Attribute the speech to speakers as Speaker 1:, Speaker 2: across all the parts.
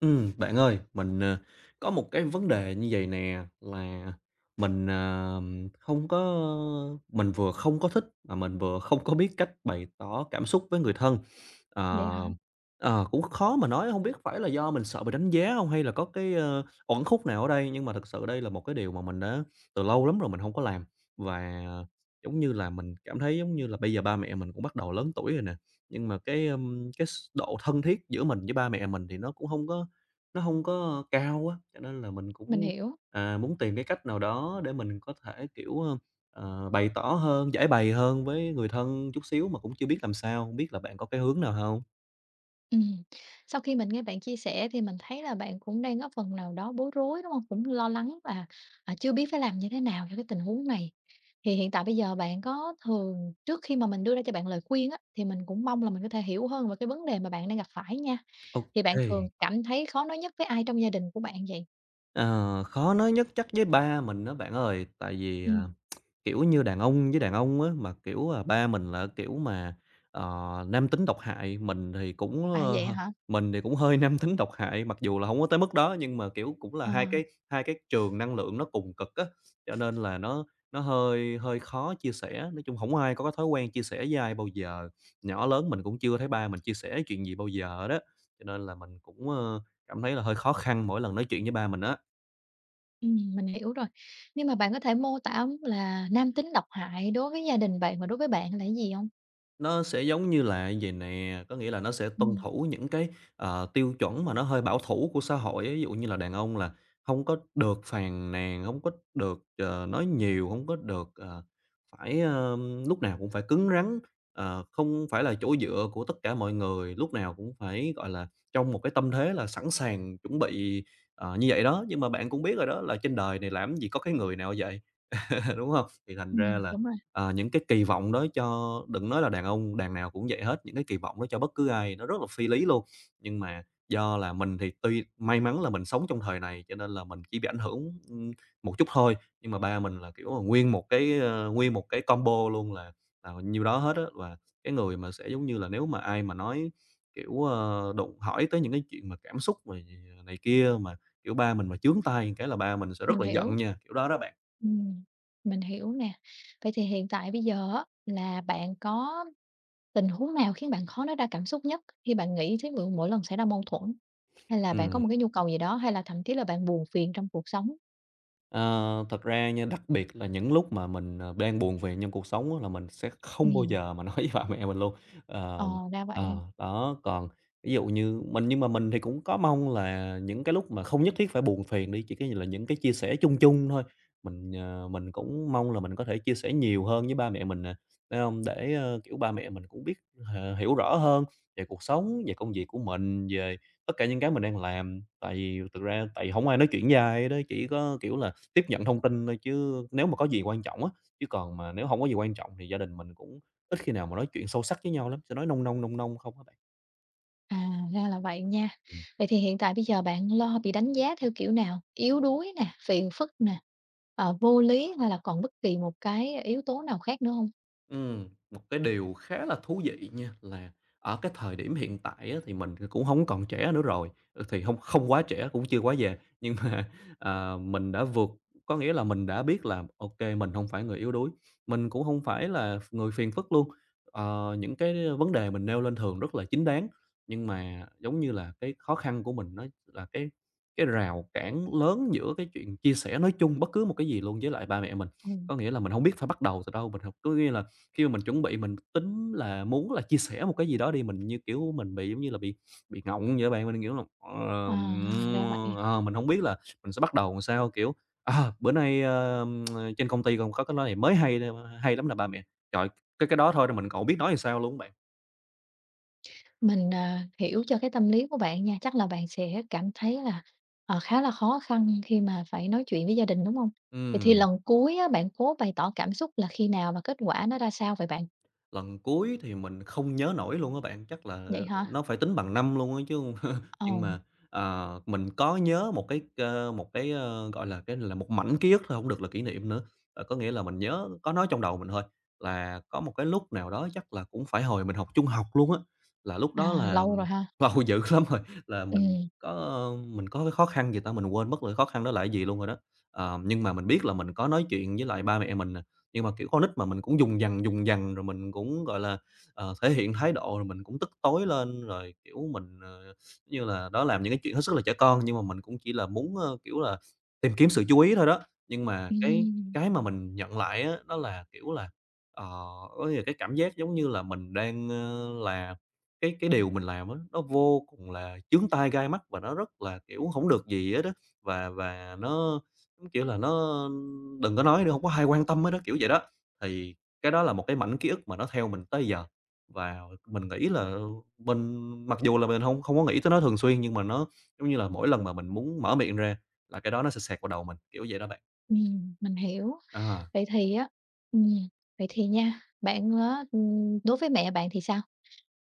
Speaker 1: Bạn ơi, có một cái vấn đề như vậy nè, là mình, không có mình vừa không có thích mà mình vừa không có biết cách bày tỏ cảm xúc với người thân.
Speaker 2: Vậy
Speaker 1: Ờ,
Speaker 2: hả?
Speaker 1: cũng khó mà nói, không biết phải là do mình sợ bị đánh giá không hay là có cái uẩn khúc nào ở đây, nhưng mà thực sự đây là một cái điều mà mình đã từ lâu lắm rồi mình không có làm. Và, giống như là, mình cảm thấy giống như là bây giờ ba mẹ mình cũng bắt đầu lớn tuổi rồi nè, nhưng mà cái độ thân thiết giữa mình với ba mẹ mình thì nó không có cao á, cho nên là mình
Speaker 2: Mình
Speaker 1: cũng,
Speaker 2: hiểu.
Speaker 1: à, muốn tìm cái cách nào đó để mình có thể, kiểu, bày tỏ hơn, giải bày hơn với người thân chút xíu mà cũng chưa biết làm sao, hông biết là bạn có cái hướng nào không.
Speaker 2: Ừm. Sau khi mình nghe bạn chia sẻ thì mình thấy là bạn cũng đang có phần nào đó bối rối, đúng không? Cũng lo lắng và chưa biết phải làm như thế nào cho cái tình huống này. Thì hiện tại bây giờ bạn có thường trước khi mà mình đưa ra cho bạn lời khuyên á, thì mình cũng mong là mình có thể hiểu hơn về cái vấn đề mà bạn đang gặp phải nha. Thì bạn thường
Speaker 1: OK.
Speaker 2: cảm thấy khó nói nhất với ai trong gia đình của bạn vậy?
Speaker 1: Ờ, khó nói nhất chắc với ba mình đó bạn ơi, tại vì, à,
Speaker 2: Ừm.
Speaker 1: kiểu như đàn ông với đàn ông á, mà, kiểu, à, ba mình là kiểu mà, ờ, nam tính độc hại, mình thì cũng,
Speaker 2: À,
Speaker 1: ơ,
Speaker 2: vậy
Speaker 1: h
Speaker 2: hả?
Speaker 1: mình thì cũng hơi nam tính độc hại, mặc dù là không có tới mức đó nhưng mà, kiểu, cũng là
Speaker 2: Ờ.
Speaker 1: hai cái trường năng lượng nó cùng cực á, cho nên là nó hơi hơi khó chia sẻ. Nói chung không ai có cái thói quen chia sẻ với ai bao giờ, nhỏ lớn mình cũng chưa thấy ba mình chia sẻ chuyện gì bao giờ đó, cho nên là mình cũng cảm thấy là hơi khó khăn mỗi lần nói chuyện với ba mình á.
Speaker 2: Mình hiểu rồi. Nhưng mà bạn có thể mô tả là nam tính độc hại đối với gia đình bạn và đối với bạn là cái gì không?
Speaker 1: Nó sẽ giống như là vầy nè, có nghĩa là nó sẽ tuân
Speaker 2: Ừm,
Speaker 1: thủ những cái tiêu chuẩn mà nó hơi bảo thủ của xã hội á. Ví dụ như là đàn ông là không có được phàn nàn, không có được nói nhiều, không có được phải lúc nào cũng phải cứng rắn, ờ, không phải là chỗ dựa của tất cả mọi người, lúc nào cũng phải, gọi là, trong một cái tâm thế là sẵn sàng chuẩn bị, ờ, như vậy đó. Nhưng mà bạn cũng biết rồi đó, là trên đời này làm gì có cái người nào vậy. Đúng không? Thì thành ra là,
Speaker 2: đúng rồi.
Speaker 1: ờ, những cái kỳ vọng đó cho đừng nói là đàn ông, đàn nào cũng vậy hết, những cái kỳ vọng đó cho bất cứ ai nó rất là phi lý luôn. Nhưng mà do là mình thì tuy may mắn là mình sống trong thời này, cho nên là mình chỉ bị ảnh hưởng, một chút thôi, nhưng mà ba mình là, kiểu là, nguyên một cái combo luôn là nhiêu đó hết á. Và cái người mà sẽ giống như là nếu mà ai mà nói, kiểu, ơ, đụng hỏi tới những cái chuyện mà cảm xúc rồi này kia mà, kiểu, ba mình mà chướng tay cái là ba mình sẽ rất
Speaker 2: Mình
Speaker 1: là giận
Speaker 2: hiểu,
Speaker 1: nha, kiểu đó đó bạn.
Speaker 2: ừm, mình hiểu nè. Vậy thì hiện tại bây giờ á, là bạn có tình huống nào khiến bạn khó nói ra cảm xúc nhất khi bạn nghĩ tới mỗi mỗi lần xảy ra mâu thuẫn? Hay là bạn có
Speaker 1: Ừm.
Speaker 2: một cái nhu cầu gì đó, hay là thậm chí là bạn buồn phiền trong cuộc sống?
Speaker 1: Ờ, thật ra nha, đặc biệt là những lúc mà mình đang buồn phiền trong cuộc sống á là mình sẽ không bao
Speaker 2: Ừm,
Speaker 1: giờ mà nói với ba mẹ mình luôn.
Speaker 2: ờ,
Speaker 1: Ờ,
Speaker 2: ra vậy,
Speaker 1: đó, còn ví dụ như mình nhưng mà mình thì cũng có mong là những cái lúc mà không nhất thiết phải buồn phiền đi, chỉ cái là những cái chia sẻ chung chung thôi, mình cũng mong là mình có thể chia sẻ nhiều hơn với ba mẹ mình nè, phải không? Để, kiểu, ba mẹ mình cũng biết hiểu rõ hơn về cuộc sống, về công việc của mình, về tất cả những cái mình đang làm. Tại vì thực ra tại vì không ai nói chuyện dài đó chỉ có, kiểu là tiếp nhận thông tin thôi chứ nếu mà có gì quan trọng á, chứ còn mà nếu hổng có gì quan trọng thì gia đình mình cũng ít khi nào mà nói chuyện sâu sắc với nhau lắm, sẽ nói nông nông, nông nông không á bạn.
Speaker 2: à, ra là vậy nha. Vậy thì hiện tại bây giờ bạn lo bị đánh giá theo kiểu nào? Yếu đuối nè, phiền phức nè, vô lý hay là còn bất kỳ một cái yếu tố nào khác nữa không?
Speaker 1: Một cái điều khá là thú vị nha, là ở cái thời điểm hiện tại á, thì mình cũng hổng còn trẻ nữa rồi, ừ, thì không quá trẻ cũng chưa quá già, nhưng mà, ờ, mình đã vượt có nghĩa là mình đã biết là ô kê, mình hông phải người yếu đuối, mình cũng hông phải là người phiền phức luôn. Ờ, những cái vấn đề mình nêu lên thường rất là chính đáng, nhưng mà giống như là cái khó khăn của mình nó là cái rào cản lớn giữa cái chuyện chia sẻ nói chung bất cứ một cái gì luôn với lại ba mẹ mình.
Speaker 2: Ừm,
Speaker 1: Có nghĩa là mình hông biết phải bắt đầu từ đâu, mình học có nghĩa là khi mà mình chuẩn bị mình tính là muốn là chia sẻ một cái gì đó đi, mình, như kiểu, mình bị, giống như là, bị ngọng vậy á bạn. Mình, kiểu là, ờ,
Speaker 2: à, ra vậy.
Speaker 1: ờ, ờ, mình không biết là mình sẽ bắt đầu làm sao, kiểu, "À, bữa nay, trên công ty còn có cái nói này mới hay ờ, hay lắm là ba mẹ." Trời, cái đó thôi là mình còn hổng biết nói làm sao luôn á bạn.
Speaker 2: Mình hiểu cho cái tâm lý của bạn nha, chắc là bạn sẽ cảm thấy là, khá là khó khăn khi mà phải nói chuyện với gia đình, đúng không? Vậy thì lần cuối á, bạn cố bày tỏ cảm xúc là khi nào và kết quả nó ra sao vậy bạn?
Speaker 1: Lần cuối thì mình không nhớ nổi luôn á bạn, chắc là
Speaker 2: Vậy hả?
Speaker 1: nó phải tính bằng năm luôn á chứ hông nhưng
Speaker 2: Ồ,
Speaker 1: mà, ờ, mình có nhớ một cái, gọi là, cái là một mảnh ký ức thôi, không được là kỷ niệm nữa. Ờ, có nghĩa là mình nhớ có nói trong đầu mình thôi, là có một cái lúc nào đó chắc là cũng phải hồi mình học trung học luôn á, là lúc đó
Speaker 2: à,
Speaker 1: là
Speaker 2: lâu rồi ha?
Speaker 1: lâu dữ lắm rồi, là mình
Speaker 2: Ừm,
Speaker 1: có, mình có cái khó khăn gì ta? Mình quên mất là khó khăn đó là cái gì luôn rồi đó. Ờ, nhưng mà mình biết là mình có nói chuyện với lại ba mẹ mình nhưng mà, kiểu, con nít mà mình cũng dùng dằng rồi mình cũng, gọi là, ờ, thể hiện thái độ rồi mình cũng tức tối lên, rồi, kiểu, mình, như là, đó, làm những cái chuyện hết sức là trẻ con nhưng mà mình cũng chỉ là muốn, kiểu là, tìm kiếm sự chú ý thôi đó. Nhưng mà cái
Speaker 2: ừm,
Speaker 1: cái mà mình nhận lại á, đó là, kiểu là, ờ, ôi, là cái cảm giác giống như là mình đang, là cái điều mình làm á, nó vô cùng là chướng tai gai mắt và nó rất là, kiểu, không được gì hết á. Và nó giống kiểu là, nó đừng có nói nữa, không có ai quan tâm hết á, kiểu vậy đó. Thì cái đó là một cái mảnh ký ức mà nó theo mình tới giờ, và mình nghĩ là mình mặc dù là mình không không có nghĩ tới nó thường xuyên, nhưng mà nó, giống như là, mỗi lần mà mình muốn mở miệng ra là cái đó nó sẽ xẹt vào đầu mình, kiểu vậy đó bạn.
Speaker 2: mình hiểu.
Speaker 1: À.
Speaker 2: Vậy thì á ừm, vậy thì nha, bạn á, đối với mẹ bạn thì sao?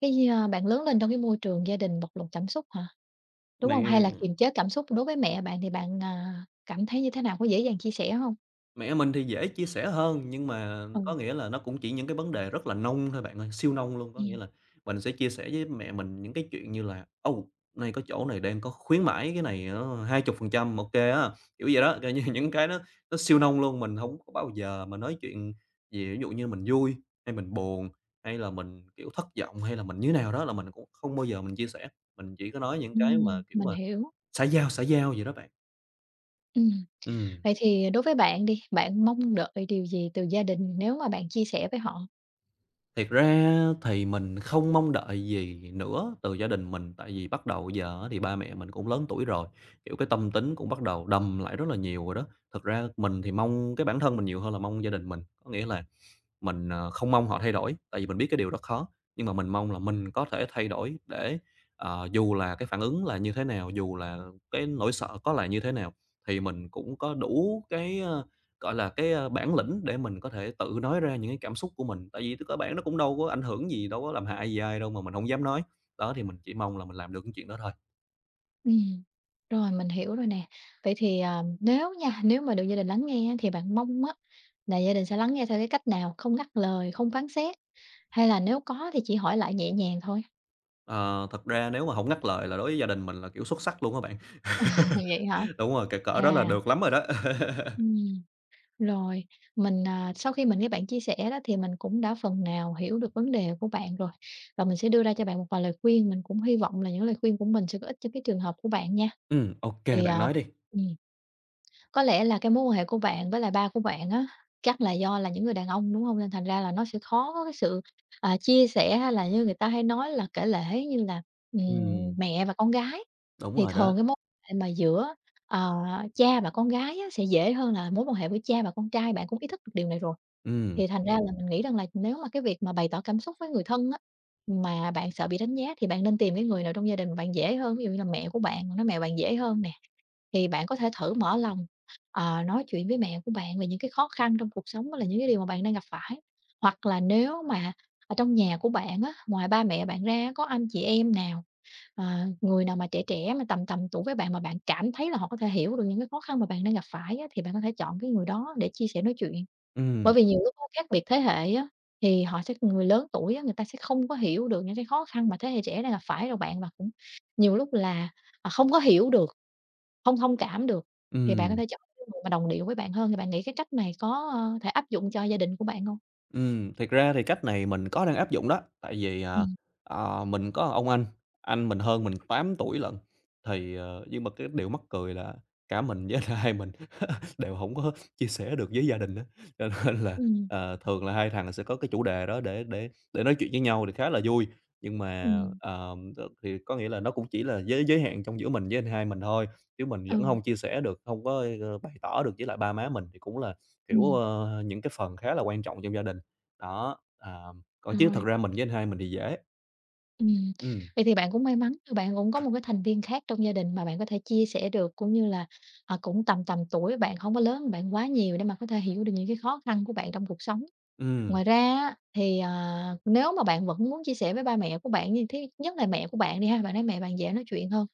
Speaker 2: Cái, bạn lớn lên trong cái môi trường gia đình bộc lộ cảm xúc hả? Đúng hông?
Speaker 1: Mày
Speaker 2: Hay là kiềm chế cảm xúc đối với mẹ bạn thì bạn, cảm thấy như thế nào, có dễ dàng chia sẻ hông?
Speaker 1: Mẹ mình thì dễ chia sẻ hơn, nhưng mà
Speaker 2: Ừ.
Speaker 1: có nghĩa là nó cũng chỉ những cái vấn đề rất là nông thôi bạn ơi, siêu nông luôn. Có nghĩa
Speaker 2: Ừm.
Speaker 1: là mình sẽ chia sẻ với mẹ mình những cái chuyện như là "ô nay có chỗ này đang có khuyến mãi, cái này nó 20% ô kê á", kiểu vậy đó. Kiểu như những cái nó siêu nông luôn, mình không có bao giờ mà nói chuyện về ví dụ như mình vui hay mình buồn, hay là mình, kiểu, thất vọng, hay là mình như nào đó là mình cũng không bao giờ mình chia sẻ. Mình chỉ có nói những cái mà,
Speaker 2: Ừm,
Speaker 1: kiểu
Speaker 2: mình
Speaker 1: mà,
Speaker 2: hiểu.
Speaker 1: xã giao vậy đó bạn.
Speaker 2: Ừm,
Speaker 1: Ừ.
Speaker 2: vậy thì đối với bạn đi, bạn mong đợi điều gì từ gia đình nếu mà bạn chia sẻ với họ?
Speaker 1: Thiệt ra thì mình không mong đợi gì nữa từ gia đình mình, tại vì bắt đầu giờ á thì ba mẹ mình cũng lớn tuổi rồi, kiểu, cái tâm tính cũng bắt đầu đầm lại rất là nhiều rồi đó. Thật ra mình thì mong cái bản thân mình nhiều hơn là mong gia đình mình, có nghĩa là mình, không mong họ thay đổi, tại vì mình biết cái điều đó khó, nhưng mà mình mong là mình có thể thay đổi để, dù là cái phản ứng là như thế nào, dù là cái nỗi sợ có là như thế nào, thì mình cũng có đủ cái, gọi là, cái, bản lĩnh để mình có thể tự nói ra những cái cảm xúc của mình. Tại vì t cơ bản nó cũng đâu có ảnh hưởng gì, đâu có làm hại gì ai đâu mà mình không dám nói. Đó, thì mình chỉ mong là mình làm được cái chuyện đó thôi.
Speaker 2: Ừm, rồi, mình hiểu rồi nè. Vậy thì, nếu nha, nếu mà được gia đình lắng nghe á, thì bạn mong á là gia đình sẽ lắng nghe theo cái cách nào? Không ngắt lời, không phán xét, hay là nếu có thì chỉ hỏi lại nhẹ nhàng thôi?
Speaker 1: Ờ, thật ra nếu mà không ngắt lời là đối với gia đình mình là, kiểu, xuất sắc luôn á bạn.
Speaker 2: Vậy hả?
Speaker 1: Đúng rồi, cỡ cỡ đó là
Speaker 2: À,
Speaker 1: được lắm rồi đó.
Speaker 2: ừm. Rồi, mình sau khi mình nghe bạn chia sẻ đó thì mình cũng đã phần nào hiểu được vấn đề của bạn rồi, và mình sẽ đưa ra cho bạn một vài lời khuyên, mình cũng hy vọng là những lời khuyên của mình sẽ có ích cho cái trường hợp của bạn nha.
Speaker 1: Ừ, ok
Speaker 2: Thì,
Speaker 1: bạn nói đi.
Speaker 2: ừm, có lẽ là cái mối quan hệ của bạn với lại ba của bạn á, chắc là do là những người đàn ông, đúng không? Nên thành ra là nó sẽ khó có cái sự, chia sẻ hay là như người ta hay nói là kể lể như là, ừm,
Speaker 1: Ừm,
Speaker 2: mẹ và con gái.
Speaker 1: đúng
Speaker 2: Thì
Speaker 1: rồi đó.
Speaker 2: thường cái mối quan hệ mà giữa Ờ, cha và con gái á, sẽ dễ hơn là mối quan hệ với cha và con trai, bạn cũng ý thức được điều này rồi.
Speaker 1: Ừm,
Speaker 2: Thì thành ra là mình nghĩ rằng là nếu mà cái việc mà bày tỏ cảm xúc với người thân á, mà bạn sợ bị đánh giá thì bạn nên tìm cái người nào trong gia đình mà bạn dễ hơn, ví dụ như là mẹ của bạn, nói mẹ bạn dễ hơn nè, thì bạn có thể thử mở lòng, nói chuyện với mẹ của bạn về những cái khó khăn trong cuộc sống với lại những cái điều mà bạn đang gặp phải. Hoặc là nếu mà ở trong nhà của bạn á, ngoài ba mẹ bạn ra có anh chị em nào? À, người nào mà trẻ trẻ mà tầm tầm tuổi với bạn mà bạn cảm thấy là họ có thể hiểu được những cái khó khăn mà bạn đang gặp phải á, thì bạn có thể chọn cái người đó để chia sẻ nói chuyện. Bởi
Speaker 1: ừm,
Speaker 2: vì nhiều lúc á, khác biệt thế hệ á, thì họ sẽ người lớn tuổi á, người ta sẽ không có hiểu được những cái khó khăn mà thế hệ trẻ đang gặp phải rồi bạn, và cũng nhiều lúc là, không có hiểu được, không thông cảm được, thì bạn có
Speaker 1: ừm.
Speaker 2: thể chọn cái người mà đồng điệu với bạn hơn. Thì bạn nghĩ cái cách này có, thể áp dụng cho gia đình của bạn không?
Speaker 1: Thiệt ra thì cách này mình có đang áp dụng đó, tại vì,
Speaker 2: Ừ,
Speaker 1: mình có ông anh mình hơn mình 8 tuổi lận, thì, nhưng mà cái điều mắc cười là cả mình với lại hai mình đều hổng có chia sẻ được với gia đình á, cho nên là,
Speaker 2: ừm,
Speaker 1: thường là hai thằng sẽ có cái chủ đề đó để nói chuyện với nhau thì khá là vui. Nhưng mà,
Speaker 2: ừm,
Speaker 1: thì có nghĩa là nó cũng chỉ là giới giới hạn trong giữa mình với anh hai mình thôi, chứ mình
Speaker 2: ừ,
Speaker 1: vẫn hông chia sẻ được, hông có, bày tỏ được với lại ba má mình thì cũng là, kiểu,
Speaker 2: ừm,
Speaker 1: những cái phần khá là quan trọng trong gia đình. Đó, à, còn chứ thật
Speaker 2: rồi.
Speaker 1: ra mình với anh hai mình thì dễ.
Speaker 2: Ừm,
Speaker 1: Ừm.
Speaker 2: vậy thì bạn cũng may mắn bạn cũng có một cái thành viên khác trong gia đình mà bạn có thể chia sẻ được, cũng như là, cũng tầm tầm tuổi bạn, không có lớn hơn bạn quá nhiều để mà có thể hiểu được những cái khó khăn của bạn trong cuộc sống.
Speaker 1: Ừm,
Speaker 2: Ngoài ra á, thì, nếu mà bạn vẫn muốn chia sẻ với ba mẹ của bạn như thế nhất là mẹ của bạn đi ha, bạn nói mẹ bạn dễ nói chuyện hơn,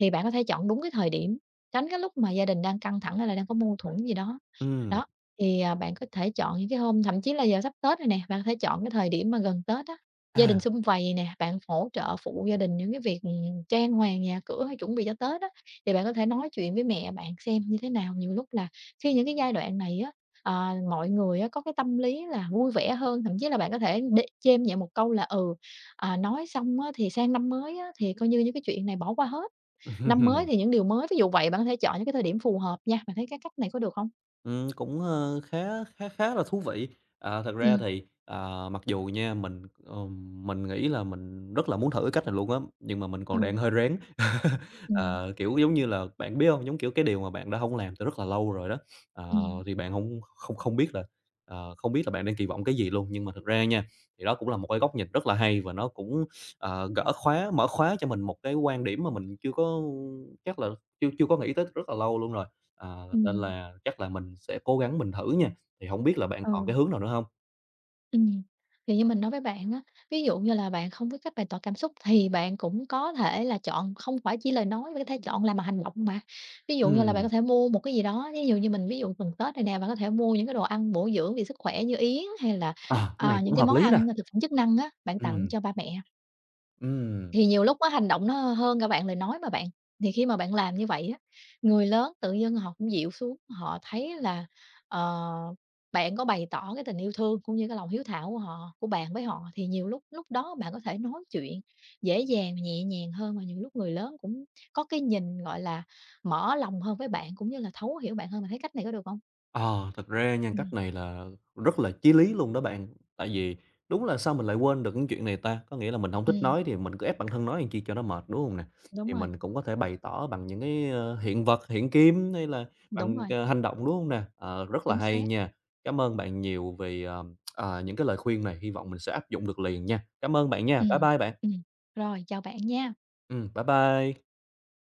Speaker 2: thì bạn có thể chọn đúng cái thời điểm, tránh cái lúc mà gia đình đang căng thẳng hay là đang có mâu thuẫn gì đó.
Speaker 1: ừm,
Speaker 2: Đó, thì, bạn có thể chọn những cái hôm thậm chí là giờ sắp Tết rồi nè, bạn có thể chọn cái thời điểm mà gần Tết á, gia đình
Speaker 1: à.
Speaker 2: sum vầy nè, bạn hỗ trợ phụ gia đình những cái việc, trang hoàng nhà cửa hay chuẩn bị cho Tết á, thì bạn có thể nói chuyện với mẹ bạn xem như thế nào. Nhiều lúc là khi những cái giai đoạn này á, mọi người á có cái tâm lý là vui vẻ hơn, thậm chí là bạn có thể để chêm nhẹ một câu là, ừ, nói xong á thì sang năm mới á thì coi như những cái chuyện này bỏ qua hết. Năm mới thì những điều mới, ví dụ vậy, bạn có thể chọn những cái thời điểm phù hợp nha, bạn thấy cái cách này có được không?
Speaker 1: Cũng, khá khá khá là thú vị. À, thật ra
Speaker 2: Ừm,
Speaker 1: thì, à, mặc dù nha, mình nghĩ là mình rất là muốn thử cái cách này luôn á, nhưng mà mình
Speaker 2: ừ,
Speaker 1: còn đang hơi rén.
Speaker 2: ừm,
Speaker 1: Ờ, kiểu, giống như là, bạn biết không, giống kiểu cái điều mà bạn đã không làm từ rất là lâu rồi đó, ờ,
Speaker 2: ừm,
Speaker 1: thì bạn không không không biết là, không biết là bạn đang kỳ vọng cái gì luôn. Nhưng mà thực ra nha, thì đó cũng là một cái góc nhìn rất là hay và nó cũng, gỡ khóa mở khóa cho mình một cái quan điểm mà mình chưa có chắc là chưa chưa có nghĩ tới rất là lâu luôn rồi. Ờ, nên
Speaker 2: ừm,
Speaker 1: là chắc là mình sẽ cố gắng mình thử nha, thì hổng biết là bạn còn
Speaker 2: ừ,
Speaker 1: cái hướng nào nữa hông?
Speaker 2: ừm. Thì như mình nói với bạn á, ví dụ như là bạn không biết cách bày tỏ cảm xúc thì bạn cũng có thể là chọn không phải chỉ lời nói, bạn có thể chọn làm bằng hành động mà. Ví dụ như là bạn
Speaker 1: Ừm,
Speaker 2: có thể mua một cái gì đó, ví dụ như mình ví dụ gần Tết này nè, bạn có thể mua những cái đồ ăn bổ dưỡng vì sức khỏe như yến hay là,
Speaker 1: à, cái này cũng
Speaker 2: những cái
Speaker 1: hợp
Speaker 2: món
Speaker 1: lý nè.
Speaker 2: ăn thực phẩm chức năng á, bạn tặng
Speaker 1: Ừm,
Speaker 2: cho ba mẹ.
Speaker 1: ừm.
Speaker 2: Thì nhiều lúc á hành động nó hơn cả bạn lời nói mà bạn. Thì khi mà bạn làm như vậy á, người lớn tự dưng họ cũng dịu xuống, họ thấy là, ờ, bạn có bày tỏ cái tình yêu thương cũng như cái lòng hiếu thảo của họ của bạn với họ, thì nhiều lúc lúc đó bạn có thể nói chuyện dễ dàng, nhẹ nhàng hơn và những lúc người lớn cũng có cái nhìn, gọi là, mở lòng hơn với bạn cũng như là thấu hiểu bạn hơn. Bạn thấy cách này có được không?
Speaker 1: Ờ, thật ra nha, cách
Speaker 2: Ừm,
Speaker 1: này là rất là chí lý luôn đó bạn. Tại vì đúng là sao mình lại quên được những chuyện này ta? Có nghĩa là mình không thích
Speaker 2: ừm,
Speaker 1: nói thì mình cứ ép bản thân nói làm chi cho nó mệt, đúng không nè?
Speaker 2: đúng
Speaker 1: Thì
Speaker 2: rồi,
Speaker 1: mình cũng có thể bày tỏ bằng những cái, hiện vật, hiện kim hay là
Speaker 2: đúng
Speaker 1: bằng,
Speaker 2: rồi,
Speaker 1: hành động, đúng không nè? Ờ, rất là
Speaker 2: chính
Speaker 1: hay
Speaker 2: xác.
Speaker 1: nha. Cảm ơn bạn nhiều vì, những cái lời khuyên này, hy vọng mình sẽ áp dụng được liền nha. Cảm ơn bạn nha. Bye
Speaker 2: Ừm,
Speaker 1: bye bạn.
Speaker 2: ừm. Rồi, chào bạn nha.
Speaker 1: Bye bye.